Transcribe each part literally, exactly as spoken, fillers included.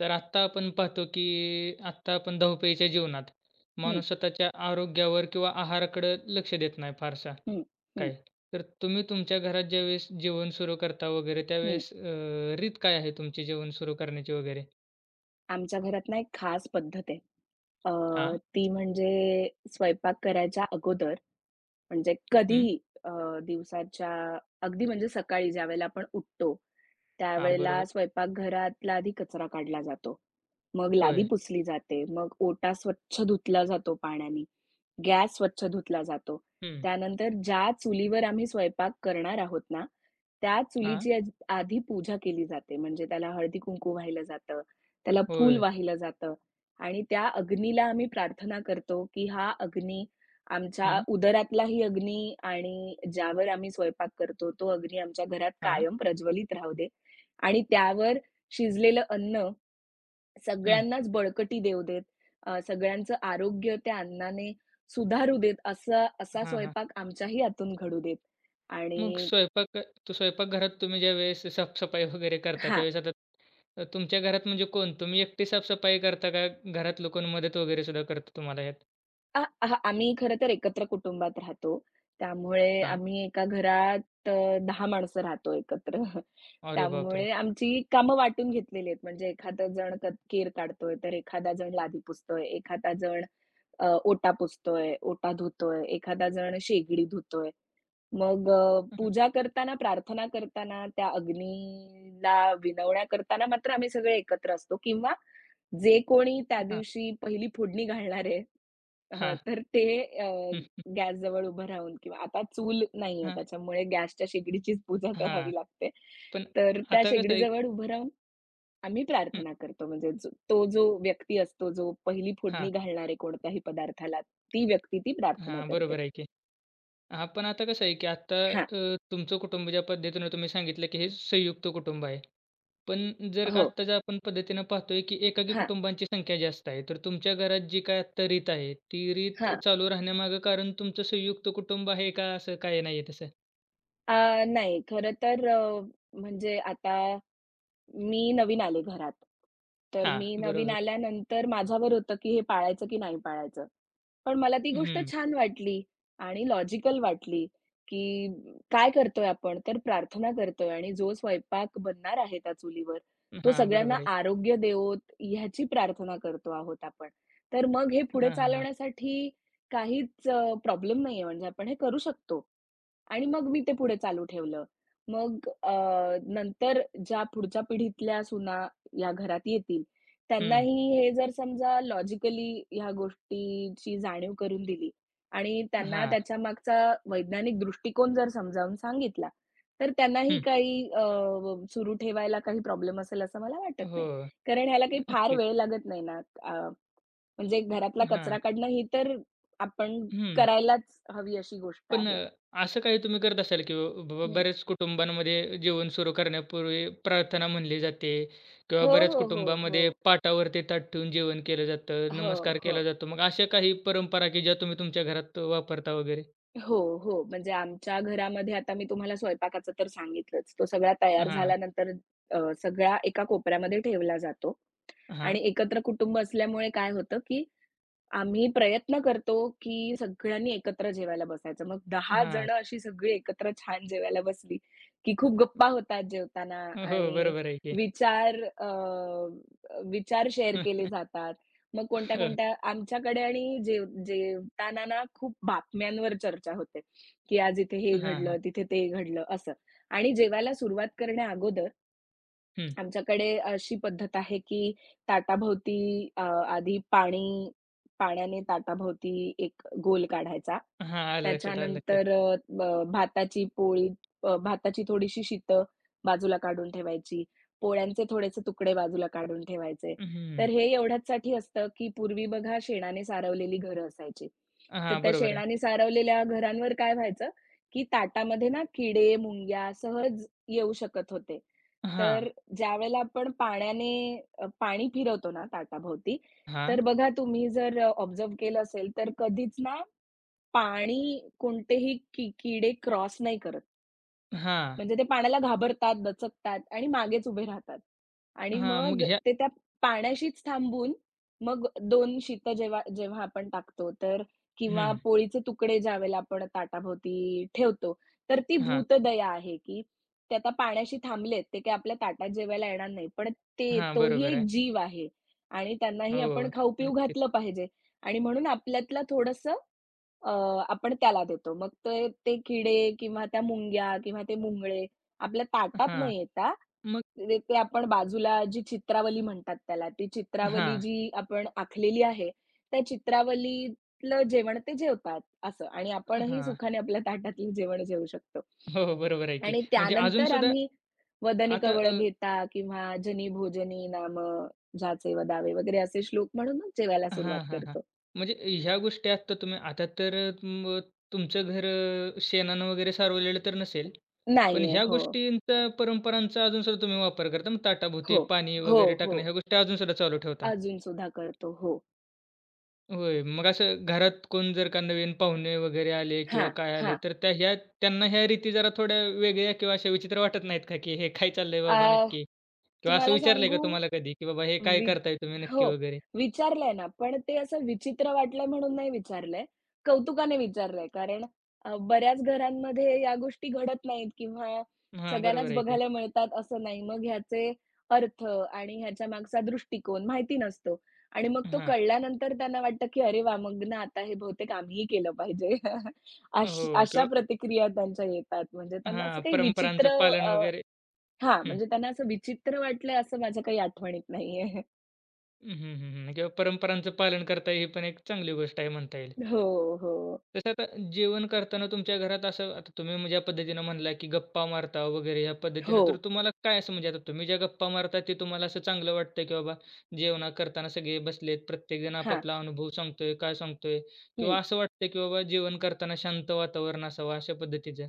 तर आत्ता आपण पाहतो, की आत्ता आपण धावपळीच्या जीवनात हं, माणूस स्वतःच्या आरोग्यावर किंवा आहाराकडे लक्ष देत नाही फारसा हं, हं, काय. तर तुम्ही तुमच्या घरात ज्यावेळेस जेवण सुरू करता वगैरे हं. त्यावेळेस अ, रीत काय आहे तुमची जेवण सुरू करण्याची वगैरे? आमच्या घरात ना एक खास पद्धत आहे. अ, हां, ती म्हणजे स्वयंपाक करायच्या अगोदर म्हणजे हं, कधीही अ, दिवसाच्या अगदी म्हणजे सकाळी ज्यावेळेला आपण उठतो हां, त्यावेळेला बरोबर. स्वयंपाकघरात आधी कचरा काढला जातो. मग लादी होय. पुसली जाते. मग ओटा स्वच्छ धुतला जातो पाण्याने. गॅस स्वच्छ धुतला जातो. हं, त्यानंतर ज्या चुलीवर आम्ही स्वयंपाक करणार आहोत ना, त्या हां, चुलीची आज आधी पूजा केली जाते. म्हणजे त्याला हळदी-कुंकू वाहिलं जातं. त्याला फूल होय. वाहिलं जातं आणि त्या अग्नीला आम्ही प्रार्थना करतो, की हा अग्नी आमच्या हं, उदरातलाही अग्नी आणि ज्यावर आम्ही स्वयंपाक करतो, तो अग्नी आमच्या घरात हां, कायम प्रज्वलित राहू दे आणि त्यावर शिजलेलं अन्न हं. सगळ्यांनाच बळकटी देऊ देत, अ, सगळ्यांचं आरोग्य त्या अन्नाने सुधारू देत, असा असा हां, हां. स्वयंपाक आमच्याही हातून घडू देत मग आणि स्वयंपाक तो स्वयंपाकघरात तुम्ही ज्यावेळेस साफसफाई वगैरे करता, हां, त्यावेळेस आता अ, तुमच्या घरात म्हणजे कोण? तुम्ही एकटे साफसफाई करता का घरातलं कोण मदत वगैरे सुद्धा करतं तुम्हाला यात? आ आह, आम्ही खरं तर एकत्र कुटुंबात राहतो. त्यामुळे हां. आम्ही एका घरात अ, दहा माणसं राहतो एकत्र. अरे बापरे! त्यामुळे आमची कामं वाटून घेतलेली आहेत. म्हणजे एखादा जण क केर काढतोय, तर एखादा जण लादी पुसतोय, एखादा जण अ, ओटा पुसतोय, ओटा धुतोय, एखादा जण शेगडी धुतोय. मग अ, हां, पूजा करताना, प्रार्थना करताना, त्या अग्नीला विनवण्या करताना मात्र आम्ही सगळे एकत्र असतो किंवा जे कोणी त्या दिवशी पहिली फोडणी घालणार आहे, हं, हां. तर ते अ, गॅसजवळ उभं राहून किंवा आता चूल नाहीये हां, हां. त्याच्यामुळे गॅसच्या शेगडीचीच पूजा करावी लागते. पण तर त्या आता कसं आहे. शेगडीजवळ उभं राहून आम्ही हं. प्रार्थना करतो. म्हणजे जो तो जो व्यक्ती असतो, जो पहिली हां, फोडणी घालणार आहे कोणत्याही पदार्थाला, ती व्यक्ती ती प्रार्थना हां. करते. बरोबर आहे की. हां, पण आता कसं आहे, की आता हां. अ, तुमचं कुटुंब ज्या पद्धतीनं तुम्ही सांगितलं, की हे संयुक्त कुटुंब आहे. पण जर का हो. आत्ता ज्या आपण पद्धतीनं पाहतोय, की एकाकी हां, कुटुंबांची संख्या जास्त आहे. तर तुमच्या घरात जी काय आत्ता रीत आहे, ती रीत हां. चालू राहण्यामागं कारण तुमचं संयुक्त कुटुंब आहे का असं काही नाहीये तसं? अ, नाही. खरं तर अ, म्हणजे आता मी नवीन आले घरात. तर हां, मी नवीन बरोबर. आल्यानंतर माझ्यावर होतं, की हे पाळायचं की नाही पाळायचं. पण मला ती गोष्ट हं. छान वाटली आणि लॉजिकल वाटली, की काय करतोय आपण? तर प्रार्थना करतोय आणि जो स्वयंपाक बनणार आहे त्या चुलीवर, तो हां, सगळ्यांना बरोबर आहे. आरोग्य देवोत ह्याची प्रार्थना करतो आहोत आपण. तर मग हे पुढे हां, हां, हां. चालवण्यासाठी काहीच प्रॉब्लेम नाहीये म्हणजे आपण हे करू शकतो. आणि मग मी ते पुढे चालू ठेवलं. मग अ, नंतर ज्या पुढच्या पिढीतल्या सुना या घरात येतील, हं. त्यांनाही हे जर समजा लॉजिकली ह्या गोष्टीची जाणीव करून दिली आणि त्यांना हां. त्याच्यामागचा वैज्ञानिक दृष्टिकोन जर समजावून सांगितला, तर त्यांनाही हं. काही अ, सुरू ठेवायला काही प्रॉब्लेम असेल असं मला वाटत नाही. हो. कारण ह्याला काही फार नक्कीच. वेळ लागत नाही ना. अ, म्हणजे घरातला हां. कचरा काढणं ही तर आपण हं. करायलाच हवी अशी गोष्ट पण आहे. अ, असं काही तुम्ही करत असाल, की ब ब बऱ्याच कुटुंबांमध्ये जेवण सुरू करण्यापूर्वी प्रार्थना म्हणली जाते किंवा हो, बऱ्याच हो, हो, कुटुंबामध्ये हो. पाटावरती ताट ठेवून जेवण केलं जातं, हो, नमस्कार केला हो. जातो. मग अशा काही परंपरा, की ज्या तुम्ही तुमच्या घरात वापरता वगैरे? हो, हो. म्हणजे आमच्या घरामध्ये आता मी तुम्हाला स्वयंपाकाचं तर सांगितलंच. तो सगळा तयार हां, झाल्यानंतर अ, सगळा एका कोपऱ्यामध्ये ठेवला जातो हां, आणि एकत्र कुटुंब असल्यामुळे काय होतं, की आम्ही प्रयत्न करतो, की सगळ्यांनी एकत्र जेवायला बसायचं. मग दहा हां. जण अशी सगळी एकत्र छान जेवायला बसली, की खूप गप्पा होतात जेवताना हो, आणि बरोबर आहे की. विचार अ, विचार शेअर केले जातात. मग हं, कोणत्या-कोणत्या आमच्याकडे आणि जेव जेवताना ना खूप बातम्यांवर चर्चा होते, की आज इथे हे हां, घडलं, हां. तिथे ते घडलं असं. आणि जेवायला सुरुवात करण्या अगोदर हं. आमच्याकडे अशी पद्धत आहे, की ताटाभोवती अ, आधी पाणी पाण्याने ताटाभोवती एक गोल काढायचा. हां, आलं लक्षात, आलं लक्षात. त्याच्यानंतर अ, ब भाताची पोळी अ, भाताची थोडीशी शीतं बाजूला काढून ठेवायची. पोळ्यांचे थोडेसे तुकडे बाजूला काढून ठेवायचे. तर हं. हे एवढ्याचसाठी असतं, की पूर्वी बघा शेणाने सारवलेली घरं असायची. तर हां, त्या बरोबर आहे. शेणाने सारवलेल्या घरांवर काय व्हायचं, की ताटामध्ये ना किडे, मुंग्या सहज येऊ शकत होते. हां, तर ज्यावेळेला आपण पाण्याने अ, पाणी फिरवतो ना ताटाभोवती, हां, तर बघा तुम्ही जर अ, ऑब्झर्व्ह केलं असेल, तर कधीच ना पाणी कोणतेही की किडे क्रॉस नाही करत. हां, म्हणजे ते पाण्याला घाबरतात, दचकतात आणि मागेच उभे राहतात. आणि हां. मग मग ह्या ते त्या पाण्याशीच थांबून मग दोन शीतं जेव्हा जेव्हा आपण टाकतो तर किंवा हं. पोळीचे तुकडे ज्यावेळेला आपण ताटाभोवती ठेवतो, तर ती हां, भूतदया आहे, की ते आता पाण्याशी थांबलेत, ते काही आपल्या ताटात जेवायला येणार नाही. पण ते हां. तोही बरोबर एक आहे. जीव आहे आणि त्यांनाही आपण हो, खाऊ-पिऊ नक्कीच. घातलं पाहिजे आणि म्हणून आपल्यातला थोडंसं अ, आपण त्याला देतो. मग ते ते किडे किंवा त्या मुंग्या किंवा ते मुंगळे आपल्या ताटात न हां. येता मग ते ते आपण बाजूला जी चित्रावली म्हणतात त्याला, ती चित्रावली हां, जी आपण आखलेली आहे, त्या चित्रावलीतलं जेवण ते जेवतात असं आणि आपणही हां. सुखाने आपल्या ताटातलं जेवण जेवू शकतो. हो, हो. बरोबर आहे की. आणि म्हणजे अजून त्यानंतर सुद्धा आम्ही वदनी आता कवळ अ, घेता किंवा जनी भोजनी नाम जाचे वदावे वगैरे असे श्लोक म्हणून मग जेवायला सुरुवात हां, हां, हां. करतो. म्हणजे ह्या गोष्टी आत्ता तुम्ही आता तर मग तुमचं घर अ, शेणानं वगैरे सारवलेलं तर नसेल. पण नाहीये. ह्या हो. गोष्टींचा परंपरांचा अजून सुद्धा तुम्ही वापर करता. मग हो, ताटाभोवती पाणी हो, वगैरे हो. टाकणं ह्या गोष्टी अजून सुद्धा चालू ठेवता? अजूनसुद्धा करतो. हो. होय. मग असं घरात कोण जर का नवीन पाहुणे वगैरे आले हां, किंवा काय आले, हां. तर त्या ह्या त्यांना ह्या रीती जरा थोड्या वेगळ्या किंवा अशा विचित्र वाटत नाहीत का, की "हे काय चाललंय बाबा अ, नक्की?" किंवा असं तुम्हाला विचारलंय का सांगू तुम्हाला कधी, की "बाबा हे काय वि करताय तुम्ही नक्की?" हो. वगैरे? विचारलंय ना, पण ते असं विचित्र वाटलंय म्हणून नाही विचारलंय. कौतुकाने विचारलंय. कारण अ, बऱ्याच घरांमध्ये या गोष्टी घडत नाहीत किंवा हां, बरोबर सगळ्यांनाच आहे की. बघायला मिळतात असं नाही. मग ह्याचे अर्थ आणि ह्याच्या मागचा दृष्टिकोन माहिती नसतो आणि मग तो हां. कळल्यानंतर त्यांना वाटतं, की "अरे वाह! मग ना आता हे बहुतेक आम्हीही केलं पाहिजे." अश हो. अशा किंवा प्रतिक्रिया त्यांच्या येतात. म्हणजे त्यांना असं हां, काही परंपरांचं विचित्र पालन अ, वगैरे. हां, म्हणजे त्यांना असं विचित्र वाटलंय असं माझ्या काही आठवणीत नाहीये. हं, हं, हं, हं. किंवा परंपरांचं पालन करता ही पण एक चांगली गोष्ट आहे म्हणता येईल. हो, हो. तसं आता जेवण करताना तुमच्या घरात असं आता तुम्ही मग ज्या पद्धतीनं म्हणला, की गप्पा मारता वगैरे ह्या हो. पद्धतीनं, तर तुम्हाला काय असं म्हणजे आता तुम्ही ज्या गप्पा मारता ते तुम्हाला असं चांगलं वाटतं, की बाबा जेवणा करताना सगळे बसलेत, प्रत्येकजण हां. आपापला अनुभव सांगतोय, काय सांगतोय? हं. किंवा असं वाटतं, की बाबा जेवण करताना शांत वातावरण असावं अशा पद्धतीचं?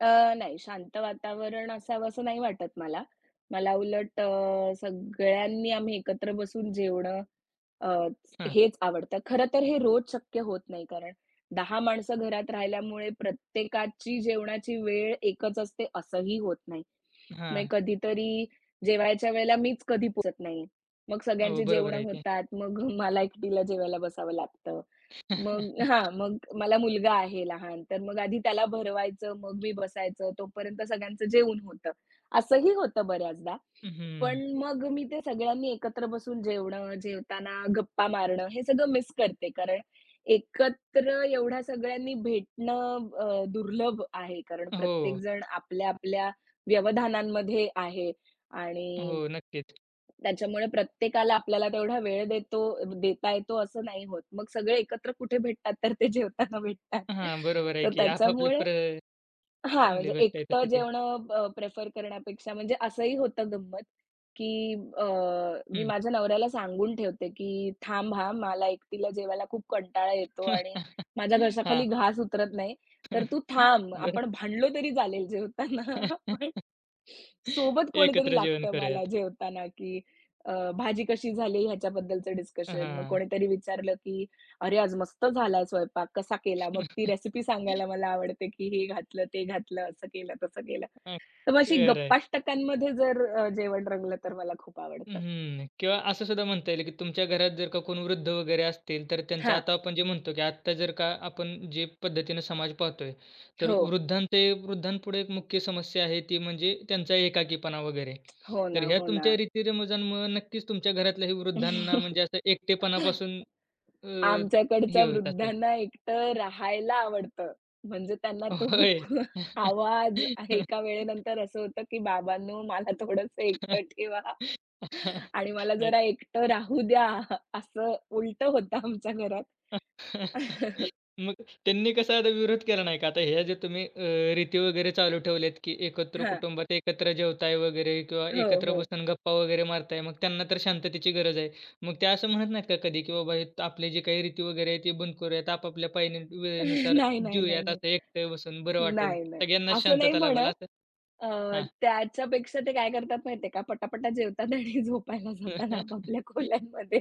अ, नाही शांत वातावरण असावं असं नाही वाटत मला. मला उलट अ, सगळ्यांनी आम्ही एकत्र बसून जेवणं अ, हां, हेच आवडतं. खरं तर हे रोज शक्य होत नाही कारण दहा माणसं घरात राहिल्यामुळे प्रत्येकाची जेवणाची वेळ एकच असते असंही होत नाही. मग हां. कधीतरी जेवायच्या वेळेला मीच कधी पोहोचत नाही. मग हो, सगळ्यांची बरोबर जेवणं आहे ते. होतात. मग मला एकटीला जेवायला बसावं लागतं. मग हां, मग मला मुलगा आहे लहान, तर मग आधी त्याला भरवायचं, मग मी बसायचं, तोपर्यंत सगळ्यांचं जेवण होतं. असंही होतं बऱ्याचदा. पण हं. मग मी ते सगळ्यांनी एकत्र बसून जेवणं, जेवताना गप्पा मारणं हे सगळं मिस करते. कारण एकत्र एवढ्या सगळ्यांनी भेटणं अ, दुर्लभ आहे. कारण हो. प्रत्येकजण आपल्या-आपल्या व्यवधानांमध्ये आहे आणि हो, नक्कीच. त्याच्यामुळे प्रत्येकाला आपल्याला तेवढा वेळ देतो देता येतो असं नाही होत. मग सगळे एकत्र कुठे भेटतात तर ते जेवताना भेटतात. हां, बरोबर आहे तर की आपापले त्याच्यामुळे प्र हां, म्हणजे चांगली गोष्ट आहे एकटं तसं ते. जेवणं अ, प्रिफर करण्यापेक्षा म्हणजे असंही होतं गंमत, की अ, मी हं. माझ्या नवऱ्याला सांगून ठेवते, की "थांब हां, मला एकटीला जेवायला खूप कंटाळा येतो आणि माझ्या घशाखाली हां. घास उतरत नाही, तर तू थांब. बरं. आपण भांडलो तरी चालेल जेवताना." सोबत कोणीतरी एकत्र जेवण लागतं मला करूयात. जेवताना, की अ, भाजी कशी झाली ह्याच्याबद्दलचं डिस्कशन. मग हां. कोणीतरी विचारलं, की "अरे, आज मस्त झालाय स्वयंपाक, कसा केला?" मग ती रेसिपी सांगायला मला आवडते, की हे घातलं, ते घातलं, असं केलं, तसं केलं. अ, तर मग अशी खरं आहे. गप्पाष्टकांमध्ये जर अ, जेवण रंगलं तर मला खूप आवडतं. हं. किंवा असं सुद्धा म्हणता येईल की तुमच्या घरात जर का कोण वृद्ध वगैरे असतील, तर त्यांचं हां. आता आपण जे म्हणतो की आत्ता जर का आपण जे पद्धतीनं समाज पाहतोय, तर हो. वृद्धांचे वृद्धांपुढे एक मुख्य समस्या आहे ती म्हणजे त्यांचा एकाकीपणा वगैरे. हो ना, तर ह्या हो ना. तुमच्या रीती नक्कीच तुमच्या घरातल्याही वृद्धांना म्हणजे असं एकटेपणापासून अ, हे आमच्याकडच्या होत असेल. वृद्धांना एकटं राहायला आवडतं. म्हणजे त्यांना तो होय. आवाज एका वेळेनंतर असं होतं, की "बाबांनो, मला थोडंसं एकटं ठेवा आणि मला नाही. जरा एकटं राहू द्या." असं उलटं होतं आमच्या घरात. मग त्यांनी कसा आता विरोध केला नाही का? आता ह्या जे तुम्ही अ, रीती वगैरे चालू ठेवल्यात, की एकत्र हां. कुटुंबात एकत्र जेवताय वगैरे किंवा हो, एकत्र हो. बसून गप्पा वगैरे मारताय. मग त्यांना तर शांततेची गरज आहे. मग ते असं म्हणत नाहीत का कधी, की बाबा हे आपले जे काही रीती वगैरे आहेत, ते बंद करूयात. आपापल्या पायी वेळेनुसार नाही, नाही, नाही, जिऊयात. नाही. असं एकटे बसून बरं वाटेल. नाही, नाही. सगळ्यांनाच असं नाही शांतता लाभेल म्हणत. असं? अ, हां. त्याच्यापेक्षा ते काय करतात माहिती का, पटापटा जेवतात आणि झोपायला जातात आपापल्या खोल्यांमध्ये.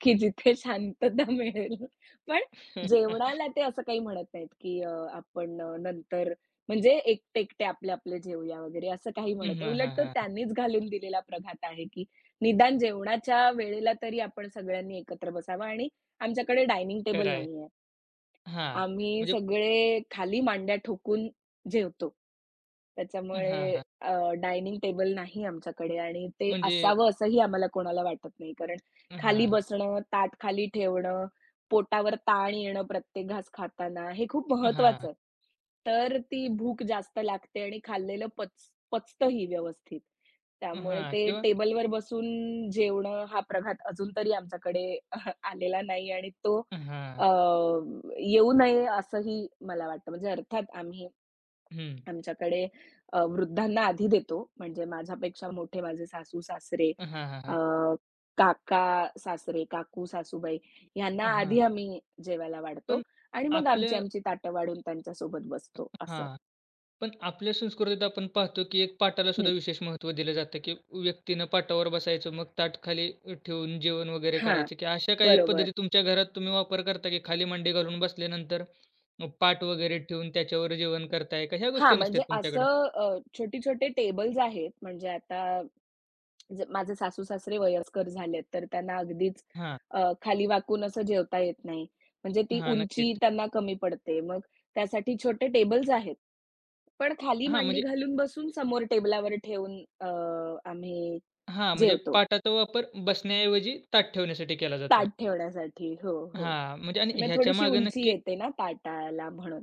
की जिथे शांतता मिळेल. पण जेवणाला ते असं काही म्हणत नाहीत, की अ, आपण अ, नंतर म्हणजे एकटे-एकटे आपले-आपले जेवूया वगैरे असं काही म्हणत हं, नाही. हां, उलट हां, तो हां, त्यांनीच घालून दिलेला प्रघात आहे, की निदान जेवणाच्या वेळेला तरी आपण सगळ्यांनी एकत्र बसावं आणि आमच्याकडे डायनिंग टेबल खरं आहे. नाहीये. हां, आम्ही म्हणजे सगळे खाली मांड्या ठोकून जेवतो. हां, त्याच्यामुळे हां. अ, डायनिंग टेबल नाही आमच्याकडे आणि ते म्हणजे असावं असंही आम्हाला कोणाला वाटत नाही. कारण खाली हां, बसणं, ताट खाली ठेवणं, पोटावर ताण येणं प्रत्येक घास खाताना, हे खूप महत्वाचं हां, आहे. तर ती भूक जास्त लागते आणि खाल्लेलं पच पचतंही व्यवस्थित. त्यामुळे हां ते किंवा टेबलवर बसून जेवणं हा प्रघात अजून तरी आमच्याकडे आलेला नाही आणि तो हां, अ, येऊ नये असंही मला वाटतं. म्हणजे अर्थात आम्ही हं. आमच्याकडे अ, वृद्धांना आधी देतो. म्हणजे माझ्यापेक्षा मोठे माझे सासू-सासरे, हां, हां, अ, हां. काका-सासरे, काकू-सासूबाई यांना हां. आधी आम्ही जेवायला वाढतो पण आणि मग आमची आपल्या आमची ताटं वाढून त्यांच्यासोबत बसतो असं. हां. पण आपल्या संस्कृतीत आपण पाहतो, की एक पाटाला सुद्धा हं. विशेष महत्त्व दिलं जातं, की व्यक्तीनं पाटावर बसायचं, मग ताट खाली ठेवून जेवण वगैरे हां, करायचं, की अशा काही बरोबर. पद्धती तुमच्या घरात तुम्ही वापर करता, की खाली मांडी घालून बसल्यानंतर मग पाट वगैरे ठेवून त्याच्यावर जेवण करताय का? ह्या गोष्टी हां, नसतात म्हणजे तुमच्याकडे? असं अ, छोटे-छोटे टेबल्स आहेत. म्हणजे आता ज माझे सासू-सासरे वयस्कर झालेत, तर त्यांना अगदीच हां, अ, खाली वाकून असं जेवता येत नाही. म्हणजे ती हां, उंची नक्कीच. त्यांना कमी पडते. मग त्यासाठी छोटे टेबल्स आहेत. पण खाली हां, मांडी म्हणजे घालून बसून समोर टेबलावर ठेवून अ, आम्ही हां, म्हणजे जेवतो. पाटाचा वापर बसण्याऐवजी ताट ठेवण्यासाठी केला जातो. ताट ठेवण्यासाठी. हो, हो. हां, म्हणजे आणि मग थोडीशी ह्याच्यामागे उंची नक्की येते ना ताटाला म्हणून.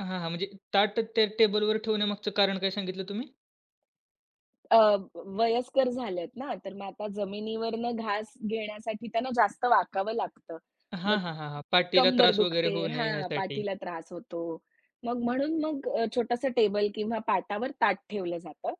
हां, हां, म्हणजे ताट त्या टेबलवर ठेवण्यामागचं कारण काय सांगितलं तुम्ही? अ, वयस्कर झालेत ना, तर मग आता जमिनीवरनं घास घेण्यासाठी त्यांना जास्त वाकावं लागतं. हां, मग हां, हां, हां. पाटीला कंबर त्रास दुखते वगैरे होऊ नये हां, ह्यासाठी. पाठीला त्रास होतो. मग म्हणून मग अ, छोटासा टेबल किंवा पाटावर ताट ठेवलं जातं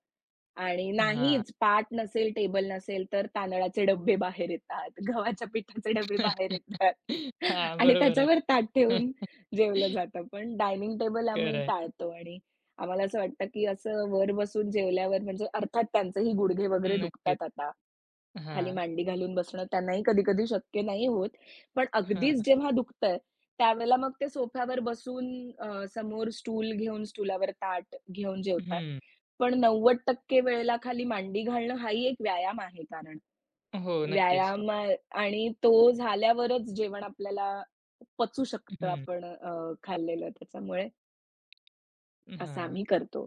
आणि हां. नाहीच पाट नसेल, टेबल नसेल, तर तांदळाचे डब्बे बाहेर येतात, गव्हाच्या पिठाचे डब्बे बाहेर येतात हां, आणि बरोबर आहे. त्याच्यावर ताट ठेवून जेवलं जातं. पण डायनिंग टेबल खरं आम्ही आहे. टाळतो आणि आम्हाला असं वाटतं, की असं वर बसून जेवल्यावर म्हणजे अर्थात त्यांचेही गुडघे वगैरे नक्कीच. दुखतात आता. खाली हां, मांडी घालून बसणं त्यांनाही कधी-कधी शक्य नाही होत. पण हां. अगदीच जेव्हा दुखतंय, त्यावेळेला मग ते सोफ्यावर बसून अ, समोर स्टूल घेऊन स्टूलावर ताट घेऊन जेवतात. हं. पण नव्वद टक्के वेळेला खाली मांडी घालणं हाही एक व्यायाम आहे कारण. हो, नक्कीच. व्यायाम अ, आणि तो झाल्यावरच जेवण आपल्याला पचू शकतं हं. आपण अ, खाल्लेलं त्याच्यामुळे असं हां. आम्ही करतो.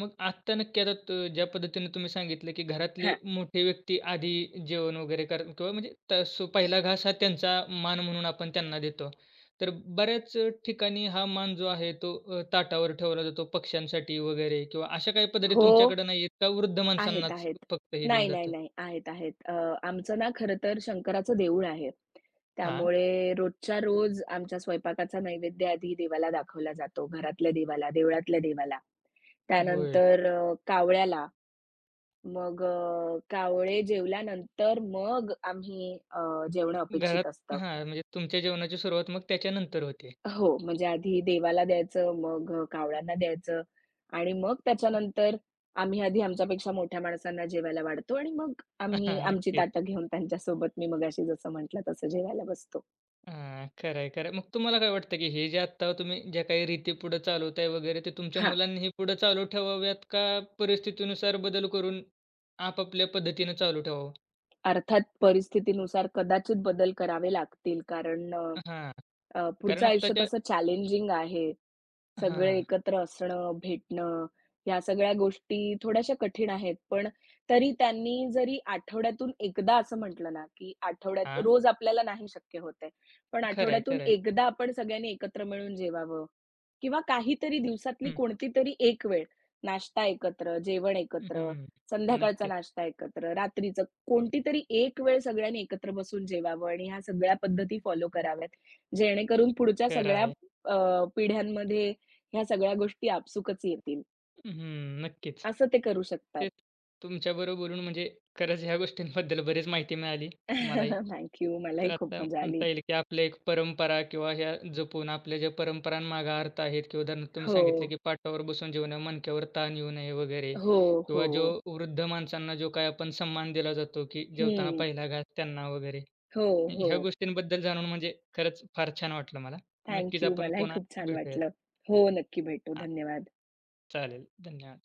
मग आत्ता नक्की आता त ज्या पद्धतीने तुम्ही सांगितलं, की घरातले हां. मोठे व्यक्ती आधी जेवण वगैरे कर किंवा म्हणजे त सो पहिला घास हा त्यांचा मान म्हणून आपण त्यांना देतो. तर बऱ्याच अ, ठिकाणी हा मान जो आहे तो अ, ताटावर ठेवला जातो पक्ष्यांसाठी वगैरे किंवा अशा काही पद्धती हो. तुमच्याकडे नाही आहेत का वृद्ध आहेत, माणसांनाच आहेत. फक्त हे दिलं नाही, नाही, जातं? नाही. आहेत, आहेत. अ, आमचं ना खरं तर शंकराचं देऊळ आहे. हां. त्यामुळे रोजच्या रोज आमच्या स्वयंपाकाचा नैवेद्य आधी देवाला दाखवला जातो. घरातल्या देवाला, देवळातल्या देवाला. होय. त्यानंतर अ, कावळ्याला. मग अ, कावळे जेवल्यानंतर मग आम्ही अ, जेवणं अपेक्षित घरात असतं. हां, म्हणजे तुमच्या जेवणाची सुरुवात मग त्याच्यानंतर होते. हो, म्हणजे आधी देवाला द्यायचं, मग अ, कावळ्यांना द्यायचं आणि मग त्याच्यानंतर आम्ही आधी आमच्यापेक्षा मोठ्या माणसांना जेवायला वाढतो आणि मग आम्ही हां, आमची नक्कीच. ताटं घेऊन त्यांच्यासोबत मी मगाशी जसं म्हटलं तसं जेवायला बसतो. हां, खरं आहे, खरं आहे. मग तुम्हाला काय वाटतं, की हे जे आत्ता तुम्ही ज्या काही रीती पुढे चालवताय वगैरे, ते तुमच्या हां, मुलांनीही पुढे चालू ठेवाव्यात का परिस्थितीनुसार बदल करून आपापल्या पद्धतीनं चालू ठेवावं? अर्थात परिस्थितीनुसार कदाचित बदल करावे लागतील कारण अ, हां, अ, पुढचं कारण आयुष्य आत्ताच्या तसं चॅलेंजिंग आहे. सगळे हां, एकत्र असणं, भेटणं, ह्या सगळ्या गोष्टी थोड्याशा कठीण आहेत. पण तरी त्यांनी जरी आठवड्यातून एकदा असं म्हटलं ना, की आठवड्यात हां. रोज आपल्याला नाही शक्य होत आहे. पण खरं आहे, आठवड्यातून खरं आहे. एकदा आपण सगळ्यांनी एकत्र मिळून जेवावं किंवा काहीतरी दिवसातली हं, कोणतीतरी एक वेळ नाश्ता एकत्र, जेवण एकत्र, हं. संध्याकाळचा नक्कीच. नाश्ता एकत्र, रात्रीचं कोणतीतरी एक वेळ सगळ्यांनी एकत्र बसून जेवावं आणि ह्या सगळ्या पद्धती फॉलो कराव्यात. जेणेकरून पुढच्या खरं सगळ्या आहे. अ, पिढ्यांमध्ये ह्या सगळ्या गोष्टी आपसूकच येतील. हं, नक्कीच. असं ते करू शकतात. तेच. तुमच्याबरोबर बोलून म्हणजे खरंच ह्या गोष्टींबद्दल बरीच माहिती मिळाली मलाही. Thank you. तर मलाही खूप आता मजा आली. म्हणता येईल की आपल्या एक परंपरा किंवा ह्या जपून आपल्या ज्या परंपरांमागे अर्थ आहेत किंवा उदाहरणार्थ तुम्ही हो, सांगितलं की पाटावर बसून जेवू नये, मणक्यावर ताण येऊ नये वगैरे हो, किंवा जो हो. वृद्ध माणसांना जो काही आपण सन्मान दिला जातो की जेवताना हं. पहिला घास त्यांना वगैरे. हो, ह्या हो. गोष्टींबद्दल जाणून म्हणजे खरंच फार छान वाटलं मला. थँक नक्कीच यू. आपण मलाही पुन्हा खूप छान भेटूयात. वाटलं. हो, नक्की भेटू. हां, धन्यवाद. चालेल. धन्यवाद.